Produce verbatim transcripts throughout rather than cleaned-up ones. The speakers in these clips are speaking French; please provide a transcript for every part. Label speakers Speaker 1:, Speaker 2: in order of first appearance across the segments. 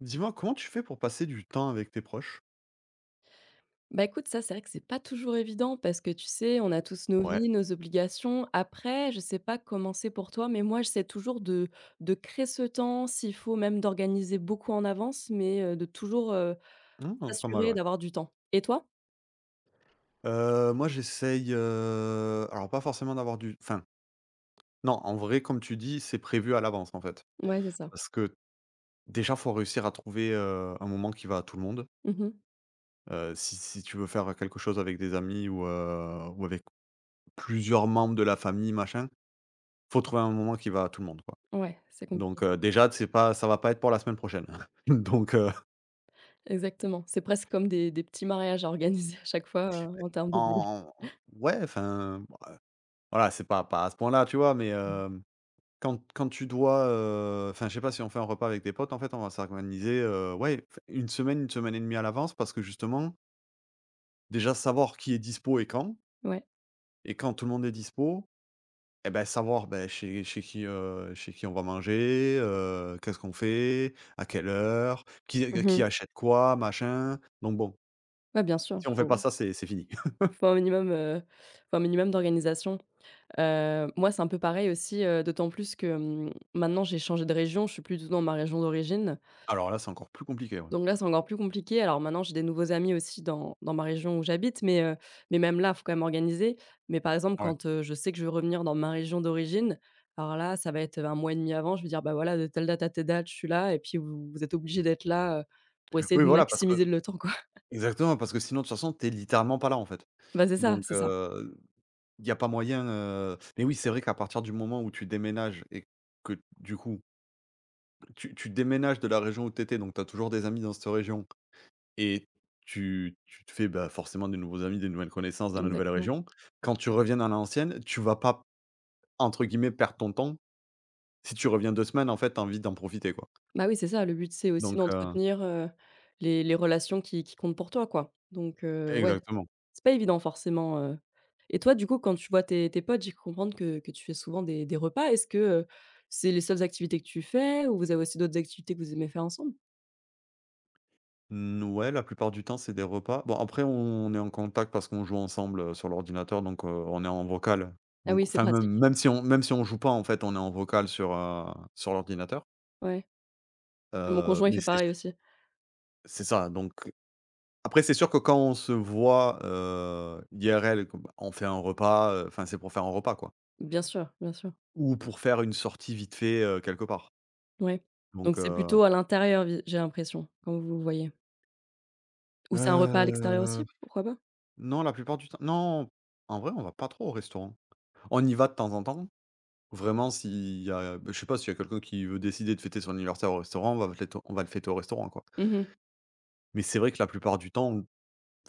Speaker 1: Dis-moi, comment tu fais pour passer du temps avec tes proches?
Speaker 2: Bah, écoute, ça, c'est vrai que c'est pas toujours évident parce que, tu sais, on a tous nos
Speaker 1: Ouais.
Speaker 2: vies, nos obligations. Après, je sais pas comment c'est pour toi, mais moi, j'essaie toujours de de créer ce temps, s'il faut même d'organiser beaucoup en avance, mais heu, de toujours, heu,
Speaker 1: Mmh, pas mal,
Speaker 2: s'assurer
Speaker 1: ouais.
Speaker 2: d'avoir du temps. Et toi?
Speaker 1: Heu, moi j'essaye, heu, alors pas forcément d'avoir du enfin, non, en vrai, comme tu dis, c'est prévu à l'avance, en fait.
Speaker 2: Ouais, c'est ça.
Speaker 1: Parce que déjà, faut réussir à trouver, heu, un moment qui va à tout le monde.
Speaker 2: Mmh.
Speaker 1: Heu, si si tu veux faire quelque chose avec des amis ou, heu, ou avec plusieurs membres de la famille, machin, faut trouver un moment qui va à tout le monde, quoi.
Speaker 2: Ouais, c'est compliqué.
Speaker 1: Donc, heu, déjà, c'est pas ça va pas être pour la semaine prochaine. Donc, heu,
Speaker 2: Exactement. C'est presque comme des des petits mariages à organiser à chaque fois, heu, en termes de délai.
Speaker 1: en ouais, enfin voilà, c'est pas pas à ce point-là, tu vois? Mais, hem, quand quand tu dois, heu, enfin, je sais pas si on fait un repas avec des potes, en fait, on va s'organiser, heu, ouais, f une semaine, une semaine et demie à l'avance parce que justement, déjà savoir qui est dispo et quand
Speaker 2: Ouais.
Speaker 1: et quand tout le monde est dispo et ben savoir, ben chez chez qui, heu, chez qui on va manger, heu, qu'est-ce qu'on fait, à quelle heure, qui euh,
Speaker 2: Mmh.
Speaker 1: qui achète quoi, machin. Donc bon,
Speaker 2: Ouais, bien sûr,
Speaker 1: si on fait pas
Speaker 2: faut
Speaker 1: ça, c'est c'est fini.
Speaker 2: faut un minimum, heu, faut un minimum d'organisation. Heu, moi, c'est un peu pareil aussi, heu, d'autant plus que, mmh, maintenant j'ai changé de région, je suis plus du tout dans ma région d'origine.
Speaker 1: Alors là, c'est encore plus compliqué, ouais.
Speaker 2: Donc là, c'est encore plus compliqué. Alors maintenant, j'ai des nouveaux amis aussi dans dans ma région où j'habite, mais heu, mais même là, il faut quand même organiser. Mais par exemple,
Speaker 1: Ouais.
Speaker 2: quand, heu, je sais que je veux revenir dans ma région d'origine, alors là, ça va être un mois et demi avant, je vais dire: «Bah, voilà, de telle date à telle date, je suis là» et puis vous vous êtes obligé d'être là, heu, pour essayer
Speaker 1: Oui,
Speaker 2: de
Speaker 1: voilà, parce que
Speaker 2: maximiser le temps, quoi.
Speaker 1: exactement, parce que sinon, de toute façon, t'es littéralement pas là, en fait.
Speaker 2: Bah, c'est ça,
Speaker 1: Donc,
Speaker 2: c'est ça,
Speaker 1: il y a pas moyen, heu mais oui, c'est vrai qu'à partir du moment où tu déménages et que du coup, tu tu déménages de la région où tu étais, donc tu as toujours des amis dans cette région et tu tu te fais, bah, forcément des nouveaux amis, des nouvelles connaissances dans la nouvelle
Speaker 2: exactement.
Speaker 1: région. Quand tu reviens dans l'ancienne, tu vas pas, entre guillemets, «perdre ton temps». Si tu reviens deux semaines, en fait, tu as envie d'en profiter, quoi.
Speaker 2: Bah oui, c'est ça, le but, c'est aussi
Speaker 1: Donc, heu
Speaker 2: d'entretenir, heu, les les relations qui qui comptent pour toi, quoi. Donc heu, ouais,
Speaker 1: exactement.
Speaker 2: c'est pas évident forcément, heu et toi, du coup, quand tu vois tes tes potes, j'ai cru comprendre que que tu fais souvent des des repas. Est-ce que, heu, c'est les seules activités que tu fais ou vous avez aussi d'autres activités que vous aimez faire ensemble?
Speaker 1: N ouais, la plupart du temps, c'est des repas. Bon, après, on est en contact parce qu'on joue ensemble, heu, sur l'ordinateur, donc heu, on est en vocal.
Speaker 2: Ah
Speaker 1: Donc
Speaker 2: oui, c'est
Speaker 1: enfin, même
Speaker 2: pratique,
Speaker 1: même si on même si on joue pas, en fait, on est en vocal sur, heu, sur l'ordinateur.
Speaker 2: ouais. Mon
Speaker 1: Heu,
Speaker 2: conjoint, il
Speaker 1: mais
Speaker 2: fait
Speaker 1: c'est
Speaker 2: pareil aussi.
Speaker 1: c'est ça, donc après, c'est sûr que quand on se voit, heu, I R L, comme on fait un repas, heu, enfin, c'est pour faire un repas, quoi,
Speaker 2: Bien sûr, bien sûr,
Speaker 1: ou pour faire une sortie vite fait, heu, quelque part.
Speaker 2: ouais. Donc
Speaker 1: Donc
Speaker 2: c'est
Speaker 1: heu,
Speaker 2: plutôt à l'intérieur, vi j'ai l'impression, quand vous vous voyez? Ou c'est un repas à l'extérieur aussi?
Speaker 1: heu,
Speaker 2: Pourquoi pas?
Speaker 1: non, la plupart du temps non, en vrai, on va pas trop au restaurant. On y va de temps en temps vraiment, s'il y a bah, je sais pas, s'il y a quelqu'un qui veut décider de fêter son anniversaire au restaurant, on va le fêter on va le fêter au restaurant, quoi.
Speaker 2: Mmh.
Speaker 1: Mais c'est vrai que la plupart du temps, en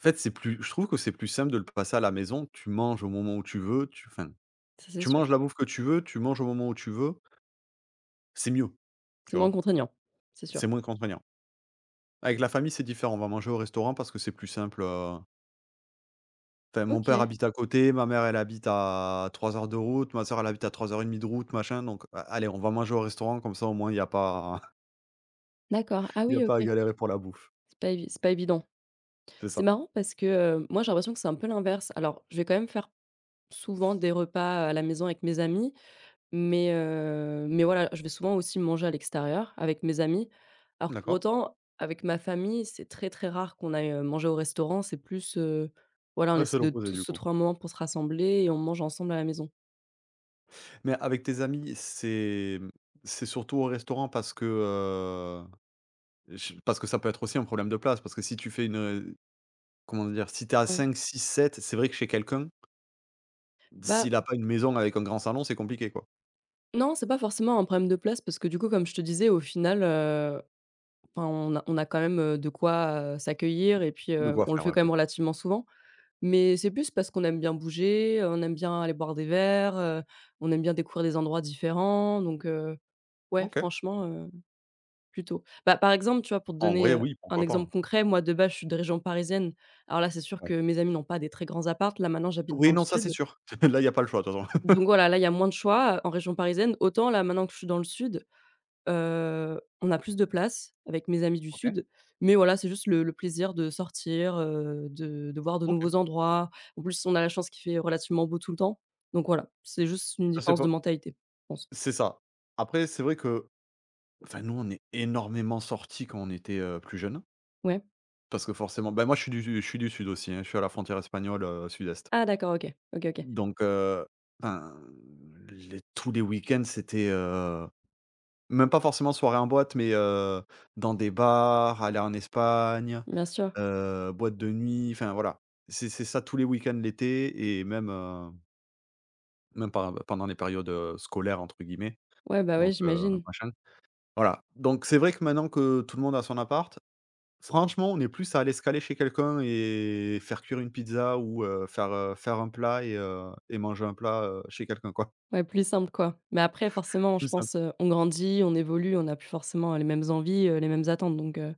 Speaker 1: fait, c'est plus je trouve que c'est plus simple de le passer à la maison. Tu manges au moment où tu veux, tu enfin,
Speaker 2: Ça, c'est
Speaker 1: tu
Speaker 2: sûr.
Speaker 1: manges la bouffe que tu veux, tu manges au moment où tu veux, c'est mieux,
Speaker 2: C'est
Speaker 1: tu
Speaker 2: moins
Speaker 1: vois?
Speaker 2: contraignant, c'est sûr.
Speaker 1: C'est moins contraignant. Avec la famille, c'est différent, on va manger au restaurant parce que c'est plus simple, heu, enfin, mon père
Speaker 2: OK.
Speaker 1: habite à côté, ma mère, elle habite à trois heures de route, ma soeur elle habite à trois heures et demie de route, machin, donc a allez, on va manger au restaurant, comme ça, au moins, il y a pas
Speaker 2: D'accord. Ah
Speaker 1: il y a
Speaker 2: oui,
Speaker 1: pas
Speaker 2: OK.
Speaker 1: à galérer pour la bouffe.
Speaker 2: C'est pas évi c'est pas évident.
Speaker 1: C'est
Speaker 2: C'est
Speaker 1: ça.
Speaker 2: marrant parce que, heu, moi, j'ai l'impression que c'est un peu l'inverse. Alors, je vais quand même faire souvent des repas à la maison avec mes amis, mais heu, mais voilà, je vais souvent aussi manger à l'extérieur avec mes amis. Alors que pour
Speaker 1: D'accord.
Speaker 2: autant, avec ma famille, c'est très, très rare qu'on aille, heu, manger au restaurant. C'est plus, heu, voilà, on
Speaker 1: Ouais, c'est
Speaker 2: essaie de
Speaker 1: l'opposé
Speaker 2: tous
Speaker 1: du
Speaker 2: se
Speaker 1: coup.
Speaker 2: trouver un moment pour se rassembler et on mange ensemble à la maison.
Speaker 1: Mais avec tes amis, c'est mmh, c'est surtout au restaurant parce que, heu, je parce que ça peut être aussi un problème de place, parce que si tu fais une, comment dire? Si tu à
Speaker 2: Ouais.
Speaker 1: cinq, six, sept, c'est vrai que chez quelqu'un,
Speaker 2: Bah,
Speaker 1: s'il a pas une maison avec un grand salon, c'est compliqué quoi.
Speaker 2: non, c'est pas forcément un problème de place parce que du coup, comme je te disais, au final, enfin, on a on a quand même, heu, de quoi, heu, s'accueillir et puis,
Speaker 1: De
Speaker 2: heu,
Speaker 1: quoi
Speaker 2: on le
Speaker 1: faire,
Speaker 2: fait
Speaker 1: ouais,
Speaker 2: quand même
Speaker 1: ouais.
Speaker 2: relativement souvent. Mais c'est plus parce qu'on aime bien bouger, euh, on aime bien aller boire des verres, heu, on aime bien découvrir des endroits différents donc, heu, ouais
Speaker 1: OK.
Speaker 2: franchement, heu, plutôt. Bah, par exemple, tu vois, pour te
Speaker 1: En vrai,
Speaker 2: donner, heu,
Speaker 1: oui,
Speaker 2: un
Speaker 1: pourquoi pas, hein.
Speaker 2: exemple concret, moi de base je suis de région parisienne. Alors là, c'est sûr
Speaker 1: Ouais.
Speaker 2: que mes amis n'ont pas des très grands apparts. Là maintenant, j'habite dans
Speaker 1: Oui,
Speaker 2: le
Speaker 1: non, ça c'est
Speaker 2: sud.
Speaker 1: sûr. Là, il y a pas le choix de toute façon.
Speaker 2: Donc voilà, là, il y a moins de choix, heu, en région parisienne. Autant là maintenant que je suis dans le sud, Heu, on a plus de place avec mes amis du
Speaker 1: OK.
Speaker 2: sud, mais voilà, c'est juste le le plaisir de sortir, heu, de de voir de
Speaker 1: OK.
Speaker 2: nouveaux endroits. En plus, on a la chance qu'il fait relativement beau tout le temps, donc voilà, c'est juste une
Speaker 1: Ça c'est
Speaker 2: différence
Speaker 1: pas
Speaker 2: de mentalité, je pense.
Speaker 1: c'est ça. Après, c'est vrai que, enfin, nous, on est énormément sortis quand on était, heu, plus jeunes.
Speaker 2: Ouais?
Speaker 1: Parce que forcément ben, moi, je suis du je suis du sud aussi, hein, je suis à la frontière espagnole, heu, sud-est.
Speaker 2: Ah d'accord, OK. OK, OK.
Speaker 1: Donc heu, enfin, les tous les week-ends, c'était, heu, même pas forcément soirée en boîte, mais heu, dans des bars, aller en Espagne,
Speaker 2: Bien sûr.
Speaker 1: heu, boîte de nuit, enfin voilà. C'est c'est ça tous les week-ends l'été et même, heu, même pen pendant les périodes, heu, «scolaires» entre guillemets,
Speaker 2: Ouais, bah, ouais,
Speaker 1: donc heu,
Speaker 2: j'imagine.
Speaker 1: machin. Voilà, donc c'est vrai que maintenant que tout le monde a son appart franchement, on est plus à aller se caler chez quelqu'un et faire cuire une pizza ou heu, faire, heu, faire un plat et heu et manger un plat, heu, chez quelqu'un, quoi.
Speaker 2: Ouais, plus simple, quoi. Mais après forcément, je
Speaker 1: Plus simple.
Speaker 2: pense, heu, on grandit, on évolue, on a plus forcément les mêmes envies, heu, les mêmes attentes, donc heu,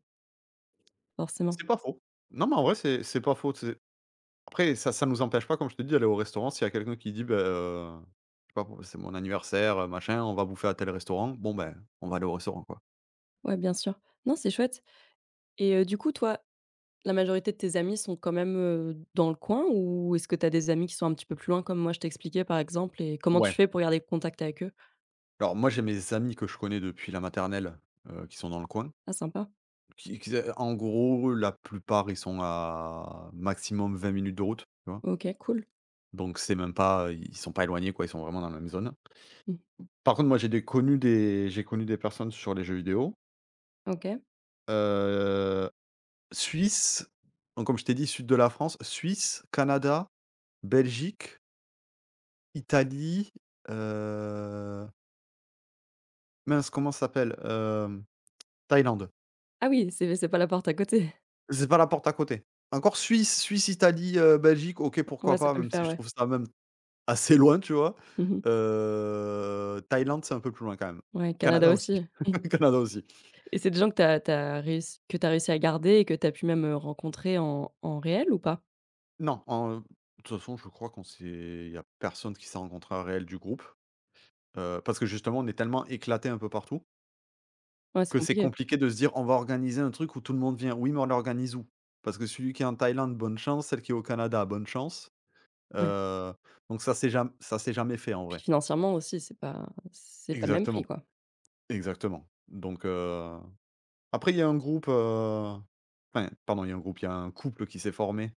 Speaker 2: forcément.
Speaker 1: C'est pas faux. Non, mais en vrai, c'est c'est pas faux, tu après ça ça nous empêche pas, comme je te dis, d'aller au restaurant. S'il y a quelqu'un qui dit: ben, heu, je sais pas, c'est mon anniversaire, heu, machin, on va bouffer à tel restaurant». Bon, ben, on va aller au restaurant, quoi.
Speaker 2: Ouais, bien sûr. Non, c'est chouette et heu, du coup, toi, la majorité de tes amis sont quand même, heu, dans le coin ou est-ce que tu as des amis qui sont un petit peu plus loin comme moi je t'expliquais par exemple, et comment tu
Speaker 1: Ouais.
Speaker 2: fais pour garder contact avec eux?
Speaker 1: Alors moi, j'ai mes amis que je connais depuis la maternelle, heu, qui sont dans le coin,
Speaker 2: Ah sympa.
Speaker 1: qui qui, en gros, la plupart, ils sont à maximum vingt minutes de route, tu vois?
Speaker 2: OK, cool.
Speaker 1: Donc c'est même pas, euh, ils sont pas éloignés quoi, ils sont vraiment dans la même zone.
Speaker 2: Mmh.
Speaker 1: Par contre, moi j'ai des connu des j'ai connu des personnes sur les jeux vidéo,
Speaker 2: OK.
Speaker 1: heu, Suisse, donc comme je t'ai dit sud de la France, Suisse, Canada, Belgique, Italie, heu, mince comment ça s'appelle? Hem, Thaïlande.
Speaker 2: Ah oui, c'est c'est pas la porte à côté.
Speaker 1: C'est pas la porte à côté. Encore Suisse, Suisse, Italie, heu, Belgique, OK
Speaker 2: Ouais,
Speaker 1: pourquoi
Speaker 2: ça
Speaker 1: pas,
Speaker 2: peut le
Speaker 1: même si
Speaker 2: faire,
Speaker 1: je
Speaker 2: ouais.
Speaker 1: trouve ça même assez loin, tu vois?
Speaker 2: Mmh.
Speaker 1: Heu, Thaïlande, c'est un peu plus loin quand même.
Speaker 2: Ouais, Canada
Speaker 1: Canada aussi,
Speaker 2: aussi.
Speaker 1: Canada aussi.
Speaker 2: Et c'est des gens que tu as réussi que t'as réussi à garder et que tu as pu même, heu, rencontrer en en réel ou pas?
Speaker 1: Non, en de toute façon, je crois qu'on s'est il y a personne qui s'est rencontré en réel du groupe, heu, parce que justement, on est tellement éclaté un peu partout
Speaker 2: Ouais, c'est
Speaker 1: que c'est
Speaker 2: compliqué.
Speaker 1: compliqué de se dire: «On va organiser un truc où tout le monde vient». Oui, mais on l'organise où? Parce que celui qui est en Thaïlande, bonne chance, celle qui est au Canada, bonne chance,
Speaker 2: Ouais.
Speaker 1: heu, donc ça s'est jamais, ça s'est jamais fait en
Speaker 2: Puis
Speaker 1: vrai.
Speaker 2: financièrement aussi, c'est pas c'est pas le même prix,
Speaker 1: Exactement,
Speaker 2: quoi.
Speaker 1: exactement, donc heu, après il y a un groupe, heu, enfin, pardon, il y a un groupe, il y a un couple qui s'est formé,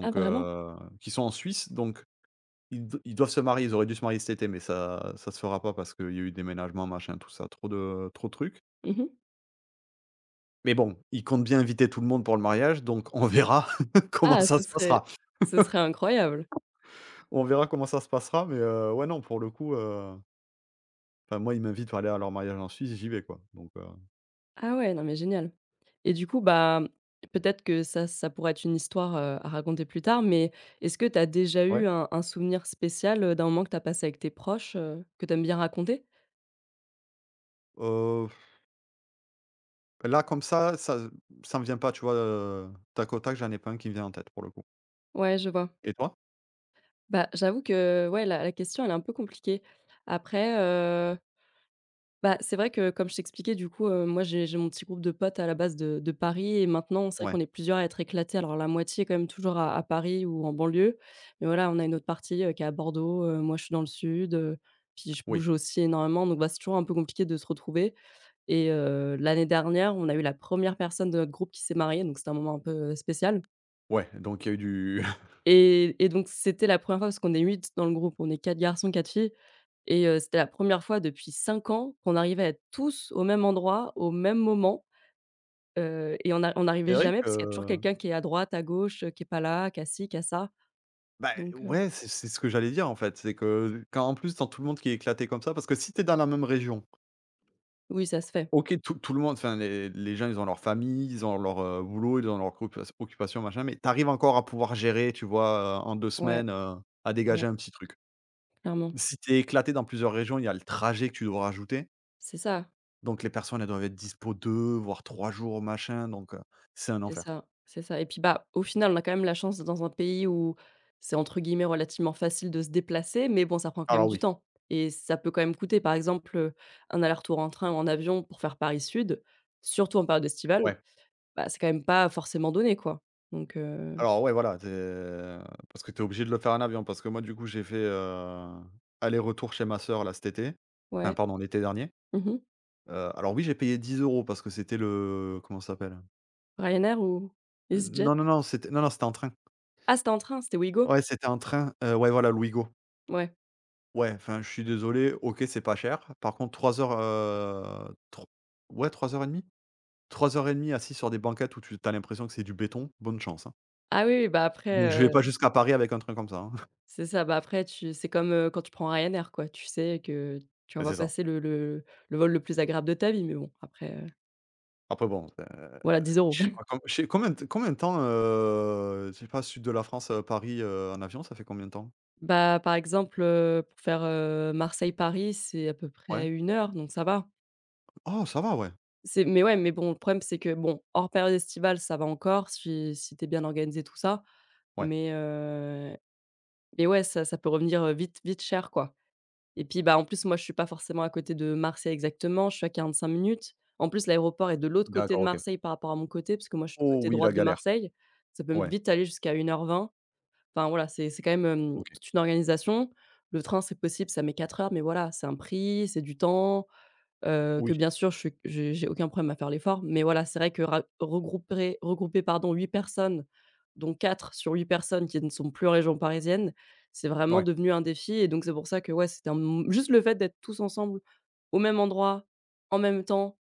Speaker 2: Ah vraiment?
Speaker 1: heu, qui sont en Suisse, donc ils d ils doivent se marier, ils auraient dû se marier cet été, mais ça ça se fera pas parce qu'il y a eu déménagement, machin, tout ça, trop de trop de trucs.
Speaker 2: Mmh.
Speaker 1: Mais bon, ils comptent bien inviter tout le monde pour le mariage, donc on verra comment
Speaker 2: Ah,
Speaker 1: ça
Speaker 2: ce
Speaker 1: se passera.
Speaker 2: serait ce serait incroyable!
Speaker 1: On verra comment ça se passera, mais heu, ouais, non, pour le coup, heu, enfin, moi, ils m'invitent à aller à leur mariage en Suisse, j'y vais, quoi, donc heu,
Speaker 2: Ah ouais, non mais génial et du coup, bah, peut-être que ça ça pourrait être une histoire, heu, à raconter plus tard, mais est-ce que tu as déjà
Speaker 1: ouais.
Speaker 2: eu un un souvenir spécial, heu, d'un moment que tu as passé avec tes proches, heu, que tu aimes bien raconter?
Speaker 1: Heu, là, comme ça, ça ça me vient pas, tu vois, heu, tac au tac, j'en ai pas un qui me vient en tête, pour le coup.
Speaker 2: Ouais, je vois.
Speaker 1: Et toi?
Speaker 2: Bah, j'avoue que, ouais, la la question, elle est un peu compliquée. Après, bah, c'est vrai que comme je t'expliquais du coup, heu, moi j'ai j'ai mon petit groupe de potes à la base de de Paris et maintenant c'est vrai
Speaker 1: Ouais,
Speaker 2: qu'on est plusieurs à être éclatés. Alors la moitié quand même toujours à à Paris ou en banlieue, mais voilà, on a une autre partie, heu, qui est à Bordeaux, heu, moi je suis dans le sud, heu, puis je bouge
Speaker 1: oui,
Speaker 2: aussi énormément donc bah, c'est toujours un peu compliqué de se retrouver et heu, l'année dernière, on a eu la première personne de notre groupe qui s'est mariée donc c'était un moment un peu euh, spécial
Speaker 1: ouais, donc il y a eu du
Speaker 2: et et donc c'était la première fois parce qu'on est huit dans le groupe, on est quatre garçons, quatre filles et heu, c'était la première fois depuis cinq ans qu'on arrivait à être tous au même endroit, au même moment, heu et on a on
Speaker 1: c'est
Speaker 2: n'arrivait
Speaker 1: vrai
Speaker 2: jamais parce qu'il y a toujours quelqu'un qui est à droite, à gauche, heu, qui est pas là, qui a ci, qui a ça.
Speaker 1: bah,
Speaker 2: Donc heu,
Speaker 1: ouais, c'est c'est ce que j'allais dire, en fait. C'est que quand en plus, dans tout le monde qui est éclaté comme ça, parce que si t'es dans la même région,
Speaker 2: oui, ça se fait.
Speaker 1: OK, tout tout le monde, enfin, les les gens, ils ont leur famille, ils ont leur, heu, boulot, ils ont leur occupa occupation, machin, mais t'arrives encore à pouvoir gérer, tu vois, heu, en deux
Speaker 2: Ouais,
Speaker 1: semaines, heu, à dégager
Speaker 2: clairement,
Speaker 1: un petit truc.
Speaker 2: clairement.
Speaker 1: Si t'es éclaté dans plusieurs régions, il y a le trajet que tu dois rajouter,
Speaker 2: C'est ça,
Speaker 1: donc les personnes, elles doivent être dispo deux, voire trois jours, machin, donc heu, c'est un
Speaker 2: c'est
Speaker 1: enfer.
Speaker 2: ça, c'est ça et puis, bah, au final, on a quand même la chance d'être dans un pays où c'est entre guillemets «relativement facile» de se déplacer, mais bon, ça prend quand même
Speaker 1: Alors
Speaker 2: du
Speaker 1: oui,
Speaker 2: temps et ça peut quand même coûter. Par exemple, heu, un aller-retour en train ou en avion pour faire Paris-Sud, surtout en période estivale.
Speaker 1: ouais.
Speaker 2: Bah, c'est quand même pas forcément donné, quoi. Donc heu,
Speaker 1: Alors ouais, voilà, tu parce que tu es obligé de le faire en avion, parce que moi, du coup, j'ai fait, heu, aller-retour chez ma sœur, là, cet été. Enfin,
Speaker 2: ouais.
Speaker 1: pardon, l'été dernier.
Speaker 2: Mmh mh.
Speaker 1: Heu, alors oui, j'ai payé dix euros parce que c'était le comment ça s'appelle?
Speaker 2: Ryanair ou
Speaker 1: Heu,
Speaker 2: EasyJet?
Speaker 1: non, non, non, c'était non, non, c'était en train.
Speaker 2: Ah, c'était en train, c'était Ouigo?
Speaker 1: Ouais, c'était en train, heu, ouais, voilà, Louigo.
Speaker 2: Ouais.
Speaker 1: Ouais, enfin, je suis désolé, OK, c'est pas cher. Par contre, trois heures, heu, tro ouais, trois heures et demie? Trois heures et demie assis sur des banquettes où tu as l'impression que c'est du béton, bonne chance, hein.
Speaker 2: Ah oui, oui, bah,
Speaker 1: Donc je vais
Speaker 2: après,
Speaker 1: pas
Speaker 2: heu,
Speaker 1: jusqu'à Paris avec un train comme ça, hein.
Speaker 2: c'est ça, bah, après tu c'est comme, heu, quand tu prends Ryanair, quoi. Tu sais que tu vas pas
Speaker 1: c'est ça.
Speaker 2: passer le le le vol le plus agréable de ta vie, mais bon, après, heu,
Speaker 1: Après bon, heu
Speaker 2: voilà, dix euros.
Speaker 1: je sais pas com je sais combien de combien de temps, heu, je sais pas, sud de la France, heu, Paris, heu, en avion, ça fait combien de temps?
Speaker 2: Bah, par exemple, heu, pour faire, heu, Marseille-Paris, c'est à peu
Speaker 1: Ouais?
Speaker 2: près une heure, donc ça va.
Speaker 1: Oh ça va, ouais.
Speaker 2: C'est Mais ouais, mais bon, le problème, c'est que, bon, hors période estivale, ça va encore si si tu es bien organisé, tout ça,
Speaker 1: Ouais.
Speaker 2: mais heu Mais ouais, ça ça peut revenir, heu, vite vite cher, quoi, et puis, bah, en plus, moi, je suis pas forcément à côté de Marseille exactement, je suis à quarante-cinq minutes. En plus, l'aéroport est de l'autre côté de
Speaker 1: D'accord, OK.
Speaker 2: Marseille par rapport à mon côté, parce que moi, je suis du
Speaker 1: Oh
Speaker 2: côté
Speaker 1: oui,
Speaker 2: droite
Speaker 1: la
Speaker 2: de
Speaker 1: galère.
Speaker 2: Marseille. Ça peut
Speaker 1: Ouais,
Speaker 2: vite aller jusqu'à une heure vingt. Enfin, voilà, c'est c'est quand même, hem,
Speaker 1: OK.
Speaker 2: toute une organisation. Le train, c'est possible, ça met quatre heures, mais voilà, c'est un prix, c'est du temps. Heu, que
Speaker 1: Oui,
Speaker 2: bien sûr je suis j'ai j'ai aucun problème à faire l'effort, mais voilà, c'est vrai que ra regrouper regrouper pardon huit personnes, dont quatre sur huit personnes qui ne sont plus en région parisienne, c'est vraiment
Speaker 1: ouais.
Speaker 2: devenu un défi et donc c'est pour ça que ouais, c'était un m juste le fait d'être tous ensemble au même endroit, en même temps,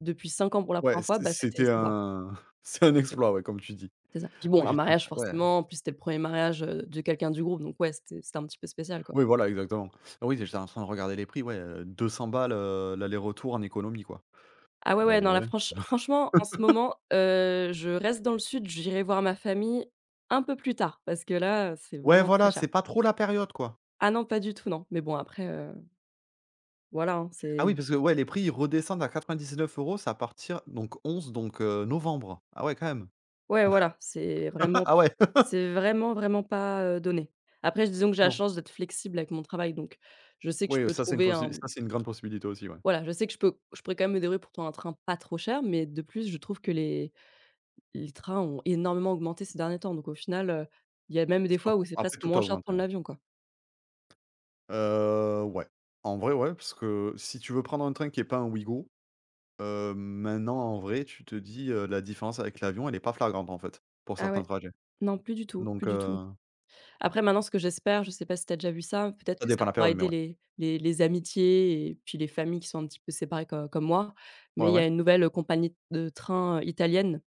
Speaker 2: depuis cinq ans pour la
Speaker 1: Ouais,
Speaker 2: première
Speaker 1: c
Speaker 2: fois, bah, c'était
Speaker 1: c'était
Speaker 2: sympa.
Speaker 1: un c'est un exploit, ouais, comme tu dis.
Speaker 2: C'est ça.
Speaker 1: Ah
Speaker 2: Puis bon,
Speaker 1: oui,
Speaker 2: un
Speaker 1: j'étais en
Speaker 2: mariage
Speaker 1: train ouais.
Speaker 2: forcément, en plus c'était le premier mariage, heu, de quelqu'un du groupe donc ouais, c'était c'était un petit peu spécial, quoi.
Speaker 1: Oui, voilà, exactement. Ah oui, j'étais en train de regarder les prix, ouais, euh, deux cents balles, heu, l'aller-retour en économie, quoi.
Speaker 2: Ah ouais,
Speaker 1: Heu,
Speaker 2: ouais, non, là,
Speaker 1: ouais.
Speaker 2: franch franchement, en ce moment, heu, je reste dans le sud, j'irai voir ma famille un peu plus tard parce que là, c'est
Speaker 1: Ouais,
Speaker 2: vraiment très
Speaker 1: voilà,
Speaker 2: cher.
Speaker 1: c'est pas trop la période, quoi.
Speaker 2: Ah non, pas du tout, non, mais bon après, heu, voilà, hein,
Speaker 1: Ah oui,
Speaker 2: c'est
Speaker 1: parce que, ouais, les prix, ils redescendent à quatre-vingt-dix-neuf euros €, c'est à partir donc onze donc heu, novembre. Ah ouais, quand même.
Speaker 2: ouais, voilà, c'est vraiment
Speaker 1: Ah ouais!
Speaker 2: c'est vraiment, vraiment pas, heu, donné. Après, disons que j'ai la
Speaker 1: Non.
Speaker 2: chance d'être flexible avec mon travail, donc je sais que je
Speaker 1: Oui,
Speaker 2: peux
Speaker 1: ça c'est une
Speaker 2: trouver
Speaker 1: possi
Speaker 2: un
Speaker 1: ça c'est une grande possibilité aussi, ouais.
Speaker 2: voilà, je sais que je peux je pourrais quand même me débrouiller pour trouver un train pas trop cher, mais de plus, je trouve que les les trains ont énormément augmenté ces derniers temps, donc au final, heu, il y a même des
Speaker 1: C'est pas
Speaker 2: fois où
Speaker 1: faux.
Speaker 2: c'est
Speaker 1: Après
Speaker 2: presque
Speaker 1: tout
Speaker 2: moins
Speaker 1: a
Speaker 2: cher de
Speaker 1: augmenté,
Speaker 2: prendre
Speaker 1: ouais.
Speaker 2: l'avion, quoi.
Speaker 1: Heu, ouais. En vrai, ouais, parce que si tu veux prendre un train qui est pas un Ouigo, heu, maintenant en vrai, tu te dis, heu, la différence avec l'avion, elle est pas flagrante, en fait, pour
Speaker 2: Ah
Speaker 1: certains
Speaker 2: ouais.
Speaker 1: trajets.
Speaker 2: Non, plus du tout, plus
Speaker 1: Donc
Speaker 2: du
Speaker 1: heu,
Speaker 2: tout. Après maintenant ce que j'espère, je sais pas si tu as déjà vu ça, peut-être
Speaker 1: ça
Speaker 2: que ça
Speaker 1: dépend de la
Speaker 2: pourra
Speaker 1: période, mais
Speaker 2: aider
Speaker 1: ouais.
Speaker 2: les les les amitiés et puis les familles qui sont un petit peu séparées co comme moi, mais
Speaker 1: Ouais,
Speaker 2: il y
Speaker 1: ouais.
Speaker 2: a une nouvelle compagnie de train, heu, italienne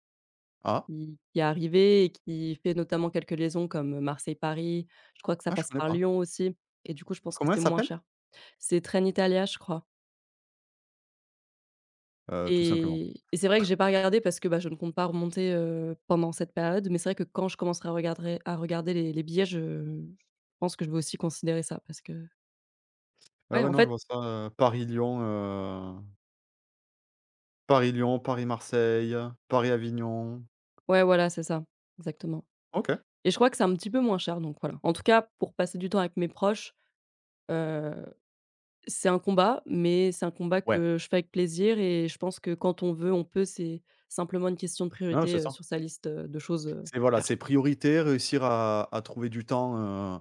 Speaker 1: Ah?
Speaker 2: qui qui est arrivée et qui fait notamment quelques liaisons comme Marseille-Paris. Je crois que ça
Speaker 1: Ah, je
Speaker 2: passe
Speaker 1: connais
Speaker 2: par
Speaker 1: pas.
Speaker 2: Lyon aussi et du coup je pense que
Speaker 1: Comment elle
Speaker 2: c'est moins
Speaker 1: s'appelle?
Speaker 2: cher. C'est Train Italia je crois.
Speaker 1: Heu, tout simplement.
Speaker 2: Et et c'est vrai que j'ai pas regardé parce que, bah, je ne compte pas remonter, heu, pendant cette période, mais c'est vrai que quand je commencerai à regarder à regarder les les billets, je pense que je vais aussi considérer ça parce que
Speaker 1: Ah
Speaker 2: ouais,
Speaker 1: ouais,
Speaker 2: en
Speaker 1: non, je vois
Speaker 2: fait
Speaker 1: ça, heu, Paris-Lyon, heu, Paris-Lyon, Paris-Marseille, Paris-Avignon.
Speaker 2: ouais, voilà, c'est ça, exactement,
Speaker 1: OK.
Speaker 2: et je crois que c'est un petit peu moins cher, donc voilà. En tout cas, pour passer du temps avec mes proches, heu, c'est un combat, mais c'est un combat
Speaker 1: Ouais.
Speaker 2: que je fais avec plaisir et je pense que quand on veut, on peut, c'est simplement une question de
Speaker 1: Non, c'est
Speaker 2: priorité, heu,
Speaker 1: ça.
Speaker 2: sur sa liste, heu, de choses, heu,
Speaker 1: C'est
Speaker 2: à
Speaker 1: voilà,
Speaker 2: faire
Speaker 1: c'est priorité réussir à à trouver du temps, heu,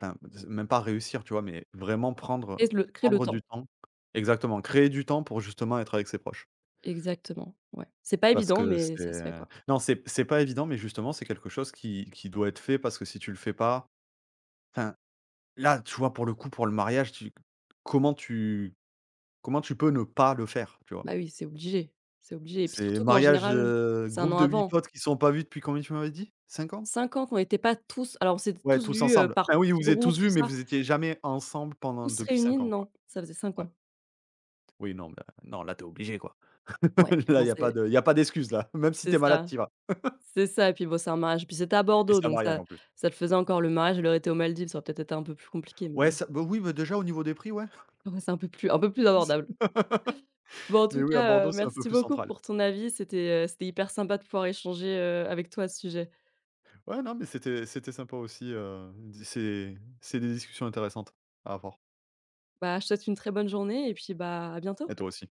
Speaker 1: enfin, z même pas réussir, tu vois? Mais vraiment
Speaker 2: et
Speaker 1: prendre,
Speaker 2: le créer le
Speaker 1: prendre
Speaker 2: temps.
Speaker 1: du temps. Exactement, créer du temps pour justement être avec ses proches.
Speaker 2: Exactement, ouais. C'est pas
Speaker 1: Parce
Speaker 2: évident,
Speaker 1: que
Speaker 2: mais ça se
Speaker 1: c'est
Speaker 2: fait, quoi.
Speaker 1: non, c'est c'est pas évident, mais justement, c'est quelque chose qui qui doit être fait parce que si tu le fais pas enfin, là, tu vois, pour le coup, pour le mariage, tu comment tu comment tu peux ne pas le faire, tu vois?
Speaker 2: Bah oui, c'est obligé, c'est obligé et puis
Speaker 1: C'est
Speaker 2: surtout qu'en
Speaker 1: mariage,
Speaker 2: général,
Speaker 1: heu,
Speaker 2: c'est un
Speaker 1: groupe
Speaker 2: an
Speaker 1: de huit
Speaker 2: avant.
Speaker 1: potes qui sont pas vus depuis combien tu m'avais dit? Cinq ans?
Speaker 2: Cinq ans qu'on n'était pas tous, alors on s'était
Speaker 1: Ouais,
Speaker 2: tous
Speaker 1: tous
Speaker 2: vus, heu,
Speaker 1: ensemble.
Speaker 2: par
Speaker 1: Enfin, oui, vous
Speaker 2: petits
Speaker 1: vous êtes
Speaker 2: groupes,
Speaker 1: tous
Speaker 2: tout
Speaker 1: vus, mais
Speaker 2: ça,
Speaker 1: vous étiez jamais ensemble pendant
Speaker 2: tous
Speaker 1: depuis
Speaker 2: réunis,
Speaker 1: cinq ans, quoi.
Speaker 2: non, ça faisait cinq
Speaker 1: Ouais.
Speaker 2: ans.
Speaker 1: Oui, non, mais là non, là, t'es obligé, quoi.
Speaker 2: Ouais, puis
Speaker 1: Là,
Speaker 2: bon,
Speaker 1: il y a pas
Speaker 2: c'est
Speaker 1: de y a pas d'excuse, là. Même si
Speaker 2: c'est
Speaker 1: t'es malade,
Speaker 2: ça,
Speaker 1: t'y vas
Speaker 2: c'est ça et puis bon, c'est un mariage puis c'était à
Speaker 1: et
Speaker 2: Bordeaux
Speaker 1: c'est un
Speaker 2: donc
Speaker 1: mariage,
Speaker 2: ça
Speaker 1: en plus.
Speaker 2: ça le faisait encore. Le mariage, elle aurait été aux Maldives, ça aurait peut-être été un peu plus compliqué mais
Speaker 1: Ouais,
Speaker 2: bon,
Speaker 1: ça bah, oui, bah, déjà, au niveau des prix, ouais.
Speaker 2: ouais, c'est un peu plus un peu plus abordable. Bon, en
Speaker 1: Mais
Speaker 2: tout
Speaker 1: oui, à
Speaker 2: cas, heu,
Speaker 1: Bordeaux, c'est un peu
Speaker 2: merci
Speaker 1: plus
Speaker 2: beaucoup
Speaker 1: central.
Speaker 2: pour ton avis, c'était, heu, c'était hyper sympa de pouvoir échanger, heu, avec toi à ce sujet.
Speaker 1: Ouais, non, mais c'était c'était sympa aussi, heu, c'est c'est des discussions intéressantes à avoir
Speaker 2: Bah, je te souhaite une très bonne journée et puis, bah, à bientôt.
Speaker 1: et toi aussi.